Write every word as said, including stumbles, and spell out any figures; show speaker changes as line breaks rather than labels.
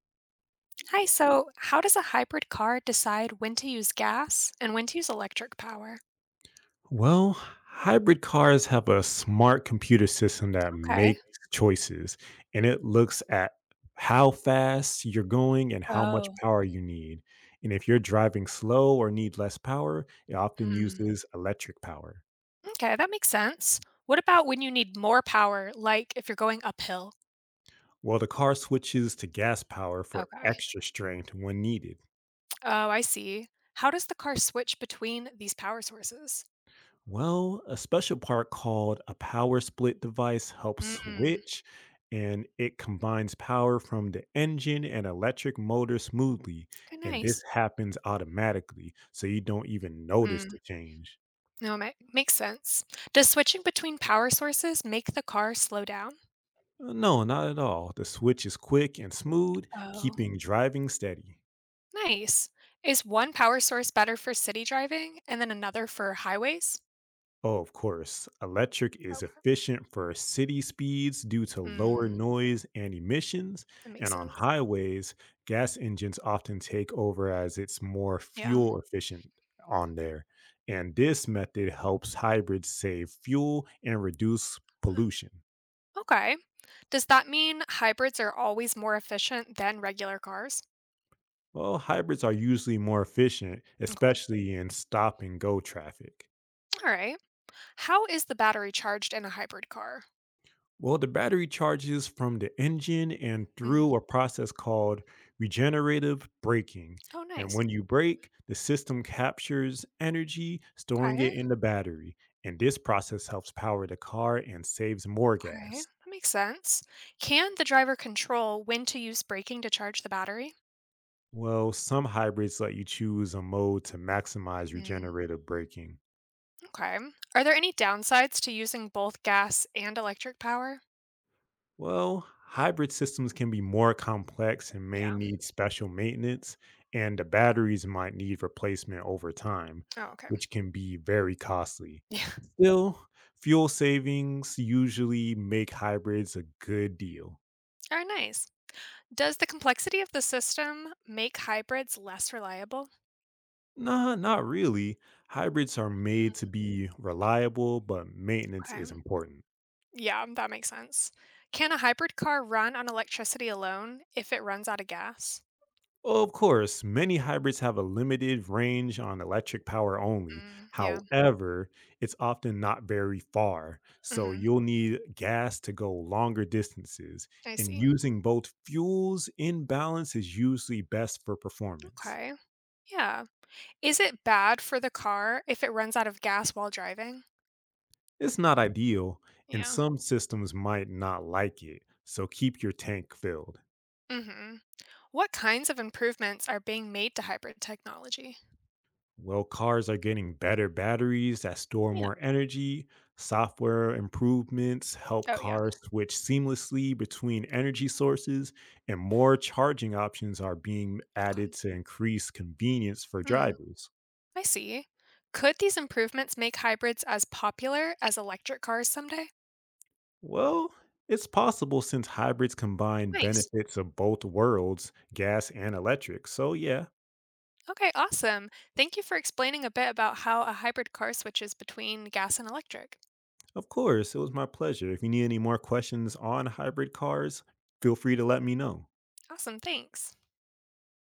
Hi, so how does a hybrid car decide when to use gas and when to use electric power?
Well, hybrid cars have a smart computer system that
Okay.
makes choices and it looks at how fast you're going and how
Oh,
much power you need. And if you're driving slow or need less power, it often
hmm.
uses electric power.
Okay, that makes sense. What about when you need more power, like if you're going uphill?
While the car switches to gas power for
Okay.
extra strength when needed.
Oh, I see. How does the car switch between these power sources?
Well, a special part called a power split device helps
Mm,
switch, and it combines power from the engine and electric motor smoothly.
okay,
And this
nice.
happens automatically, so you don't even notice
Mm,
the change.
no, ma- makes sense. Does switching between power sources make the car slow down?
Uh, No, not at all. The switch is quick and smooth,
Oh,
keeping driving steady.
nice. Is one power source better for city driving and then another for highways?
Oh, of course. Electric is
Okay.
efficient for city speeds due to lower
Mm,
noise and emissions.
that makes
And on
sense.
highways, gas engines often take over as it's more
Yeah.
fuel efficient on there. And this method helps hybrids save fuel and reduce
Um,
pollution.
okay. Does that mean hybrids are always more efficient than regular cars?
Well, hybrids are usually more efficient,
Okay.
especially in stop and go traffic.
All right. How is the battery charged in a hybrid car?
Well, the battery charges from the engine and
Mm.
through a process called regenerative braking.
Oh,
And
nice.
when you brake, the system captures energy, storing
Okay.
it in the battery. And this process helps power the car and saves more
Okay,
gas.
that makes sense. Can the driver control when to use braking to charge the battery?
Well, some hybrids let you choose a mode to maximize
Mm,
regenerative braking.
okay. Are there any downsides to using both gas and electric power?
Well, hybrid systems can be more complex and may
Yeah.
need special maintenance, and the batteries might need replacement over time,
Oh, okay.
which can be very costly.
Yeah.
Still, fuel savings usually make hybrids a good deal.
All right, nice. Does the complexity of the system make hybrids less reliable?
Nah, not really. Hybrids are
Mm,
made to be reliable, but maintenance
okay.
is important.
Yeah, that makes sense. Can a hybrid car run on electricity alone if it runs out of gas?
Well, of course, many hybrids have a limited range on electric power only.
Mm, yeah.
However, it's often not very far, so
Hmm,
you'll need gas to go longer distances,
I
and
see.
using both fuels in balance is usually best for performance.
Okay. Yeah. Is it bad for the car if it runs out of gas while driving?
It's not ideal, and
Yeah.
some systems might not like it, so keep your tank filled.
Hmm. What kinds of improvements are being made to hybrid technology?
Well, cars are getting better batteries that store
Yeah.
more energy. Software improvements help
Oh, yeah.
cars switch seamlessly between energy sources, and more charging options are being added
Okay.
to increase convenience for
Mm,
drivers.
I see. Could these improvements make hybrids as popular as electric cars someday?
Well, it's possible since hybrids combine
Nice.
benefits of both worlds, gas and electric. So, yeah,
Okay, awesome. Thank you for explaining a bit about how a hybrid car switches between gas and electric.
of course, it was my pleasure. If you need any more questions on hybrid cars, feel free to let me know.
Awesome, thanks.